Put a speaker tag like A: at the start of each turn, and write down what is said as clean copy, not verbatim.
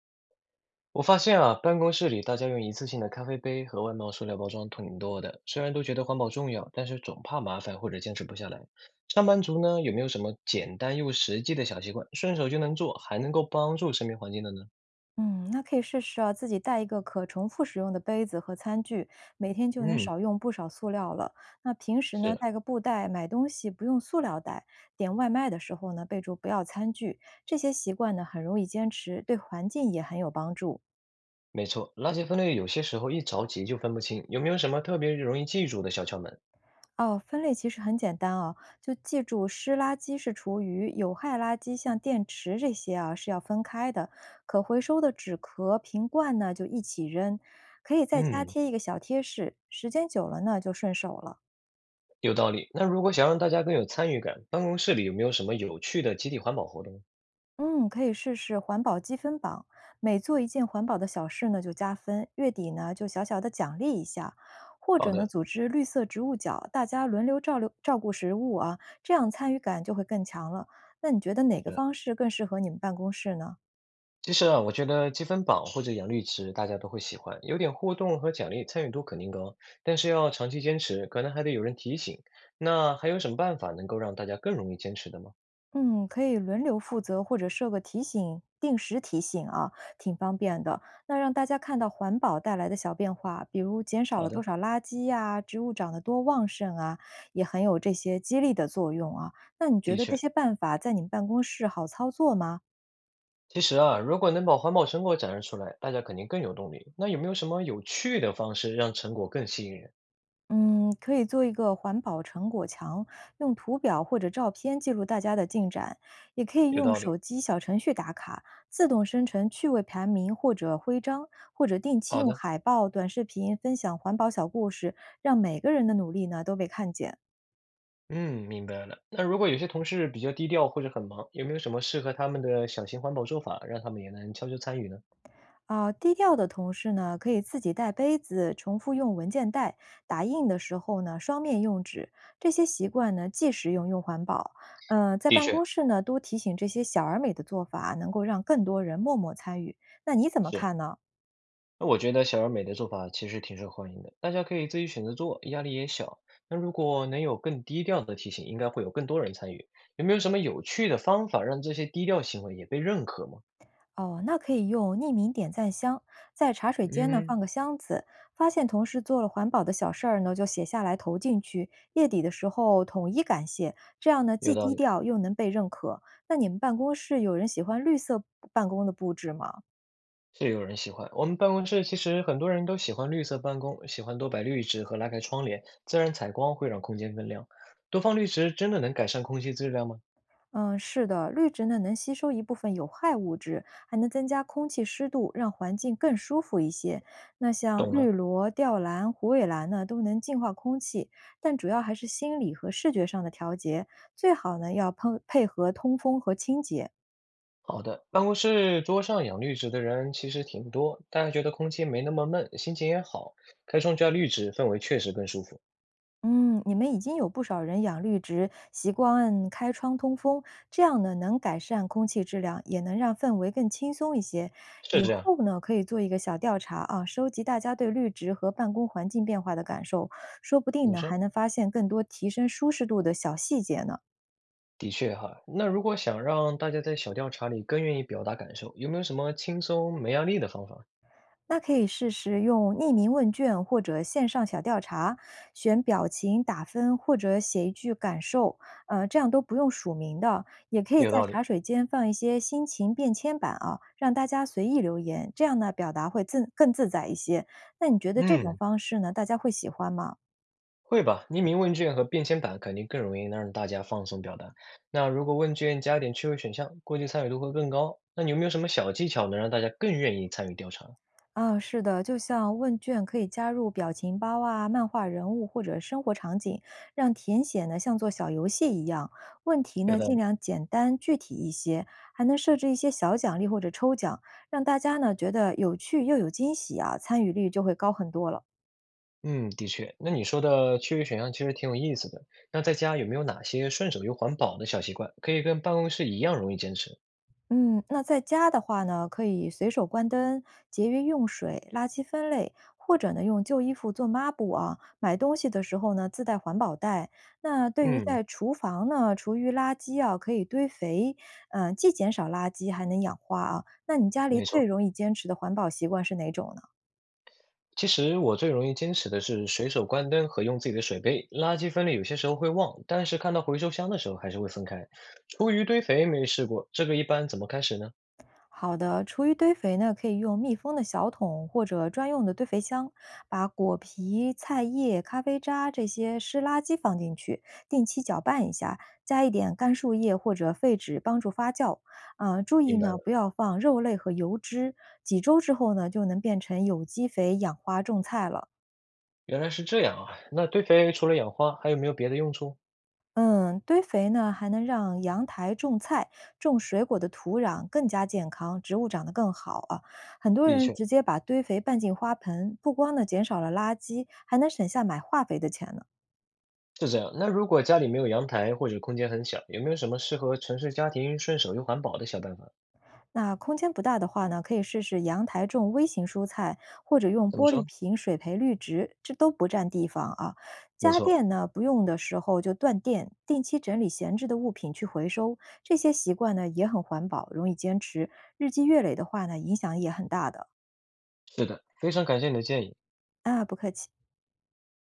A: 我发现啊，办公室里大家用一次性的咖啡杯和外贸塑料包装挺多的，虽然都觉得环保重要，但是总怕麻烦或者坚持不下来。上班族呢，有没有什么简单又实际的小习惯，顺手就能做，还能够帮助身边环境的呢？
B: 嗯，那可以试试啊，自己带一个可重复使用的杯子和餐具，每天就能
A: 嗯，
B: 少用不少塑料了。那平时呢，
A: 是，
B: 带个布袋，买东西不用塑料袋，点外卖的时候呢，备注不要餐具。这些习惯呢，很容易坚持，对环境也很有帮助。
A: 没错，垃圾分类有些时候一着急就分不清，有没有什么特别容易记住的小窍门？
B: 哦，分类其实很简单哦，就记住湿垃圾是厨余，有害垃圾像电池这些啊是要分开的，可回收的纸壳、瓶罐呢就一起扔，可以在家
A: 嗯，
B: 贴一个小贴士，时间久了呢就顺手了。
A: 有道理。那如果想让大家更有参与感，办公室里有没有什么有趣的集体环保活动？
B: 嗯，可以试试环保积分榜，每做一件环保的小事呢就加分，月底呢就小小的奖励一下，或
A: 好
B: 者呢
A: 的。
B: 组织绿色植物角，大家轮流照料照顾食物啊，这样参与感就会更强了。那你觉得哪个
A: 是，
B: 方式更适合你们办公室呢？
A: 其实啊，我觉得积分榜或者养绿植大家都会喜欢，有点互动和奖励，参与度肯定高。但是要长期坚持，可能还得有人提醒。那还有什么办法能够让大家更容易坚持的吗？
B: 嗯，可以轮流负责或者设个提醒，定时提醒啊，挺方便的。那让大家看到环保带来的小变化，比如减少
A: 好
B: 了多
A: 的，
B: 少垃圾呀、植物长得多旺盛啊，也很有这些激励的作用啊。那你觉
A: 的
B: 得这
A: 确，
B: 些办法在你们办公室好操作吗？
A: 其实啊，如果能把环保成果展示出来，大家肯定更有动力。那有没有什么有趣的方式让成果更吸引人？
B: 嗯，可以做一个环保成果墙，用图表或者照片记录大家的进展，也可以
A: 有
B: 用
A: 道理。
B: 手机小程序打卡，自动生成趣味排名或者徽章，或者定期
A: 好
B: 用
A: 的，
B: 海报、短视频分享环保小故事，让每个人的努力呢都被看见。
A: 嗯，明白了。那如果有些同事比较低调或者很忙，有没有什么适合他们的小型环保做法，让他们也能悄悄参与呢？
B: 啊，低调的同事呢，可以自己带杯子，重复用文件袋，打印的时候呢，双面用纸。这些习惯呢，既实用又环保。嗯、在
A: 的
B: 办
A: 确，
B: 公室呢，多提醒这些小而美的做法，能够让更多人默默参与。那你怎么
A: 是，
B: 看呢？
A: 那我觉得小而美的做法其实挺受欢迎的，大家可以自己选择做，压力也小。那如果能有更低调的提醒，应该会有更多人参与。有没有什么有趣的方法让这些低调行为也被认可吗？
B: 哦，那可以用匿名点赞箱，在茶水间呢放
A: 嗯，
B: 个箱子，发现同事做了环保的小事儿呢，就写下来投进去，月底的时候统一感谢，这样呢
A: 有
B: 既
A: 道
B: 低
A: 理，
B: 调又能被认可。那你们办公室有人喜欢绿色办公的布置吗？
A: 是，有人喜欢。我们办公室其实很多人都喜欢绿色办公，喜欢多摆绿植和拉开窗帘，自然采光会让空间更亮。多放绿植真的能改善空气质量吗？
B: 嗯，是的，绿植呢能吸收一部分有害物质，还能增加空气湿度，让环境更舒服一些。那像
A: 懂
B: 绿
A: 了。
B: 萝、吊兰、虎尾兰呢，都能净化空气，但主要还是心理和视觉上的调节，最好呢要配合通风和清洁。
A: 好的，办公室桌上养绿植的人其实挺多，大家觉得空气没那么闷，心情也好。开窗加绿植，氛围确实更舒服。
B: 嗯，你们已经有不少人养绿植，习惯开窗通风，这样呢能改善空气质量，也能让氛围更轻松一些。
A: 是
B: 以
A: 这样，
B: 后呢可以做一个小调查啊，收集大家对绿植和办公环境变化的感受，说不
A: 怎
B: 定
A: 么
B: 呢还
A: 说？
B: 能发现更多提升舒适度的小细节呢。
A: 的确哈。那如果想让大家在小调查里更愿意表达感受，有没有什么轻松没压力的方法？
B: 那可以试试用匿名问卷或者线上小调查，选表情打分或者写一句感受，这样都不用署名的。也可以
A: 有
B: 在
A: 道理，
B: 茶水间放一些心情便签版啊，让大家随意留言，这样呢表达会自更自在一些。那你觉得这种
A: 嗯，
B: 方式呢，大家会喜欢吗？
A: 会吧。匿名问卷和便签版肯定更容易让大家放松表达。那如果问卷加点趣味选项，估计参与度会更高。那你有没有什么小技巧能让大家更愿意参与调查？
B: 啊，是的，就像问卷可以加入表情包啊、漫画人物或者生活场景，让填写呢像做小游戏一样。问题
A: 有
B: 呢
A: 的。
B: 尽量简单具体一些，还能设置一些小奖励或者抽奖，让大家呢觉得有趣又有惊喜啊，参与率就会高很多了。
A: 嗯，的确，那你说的区域选项其实挺有意思的。那在家有没有哪些顺手又环保的小习惯，可以跟办公室一样容易坚持？
B: 嗯，那在家的话呢，可以随手关灯，节约用水、垃圾分类，或者呢用旧衣服做抹布啊。买东西的时候呢，自带环保袋。那对于
A: 嗯，
B: 在厨房呢，厨余垃圾啊，可以堆肥，嗯、既减少垃圾，还能养花啊。那你家里
A: 没
B: 最
A: 错。
B: 容易坚持的环保习惯是哪种呢？
A: 其实我最容易坚持的是随手关灯和用自己的水杯。垃圾分类有些时候会忘，但是看到回收箱的时候还是会分开。厨余堆肥没试过，这个一般怎么开始呢？
B: 好的，厨余堆肥呢，可以用密封的小桶或者专用的堆肥箱，把果皮、菜叶、咖啡渣这些湿垃圾放进去，定期搅拌一下，加一点干树叶或者废纸帮助发酵。啊、注意
A: 明白
B: 呢，不
A: 了，
B: 要放肉类和油脂。几周之后呢，就能变成有机肥养花种菜了。
A: 原来是这样啊。那堆肥除了养花，还有没有别的用处？
B: 嗯，堆肥呢还能让阳台种菜、种水果的土壤更加健康，植物长得更好啊。很多
A: 的
B: 人
A: 确。
B: 直接把堆肥拌进花盆，不光呢减少了垃圾，还能省下买化肥的钱呢。
A: 是这样，那如果家里没有阳台或者空间很小，有没有什么适合城市家庭顺手又环保的小办法？
B: 那空间不大的话呢，可以试试阳台种微型蔬菜，或者用
A: 怎么
B: 玻璃
A: 说？
B: 瓶水培绿植，这都不占地方啊。
A: 没
B: 家
A: 错，
B: 电呢，不用的时候就断电，定期整理闲置的物品去回收，这些习惯呢也很环保，容易坚持，日积月累的话呢，影响也很大的。
A: 是的，非常感谢你的建议。
B: 啊，不客气。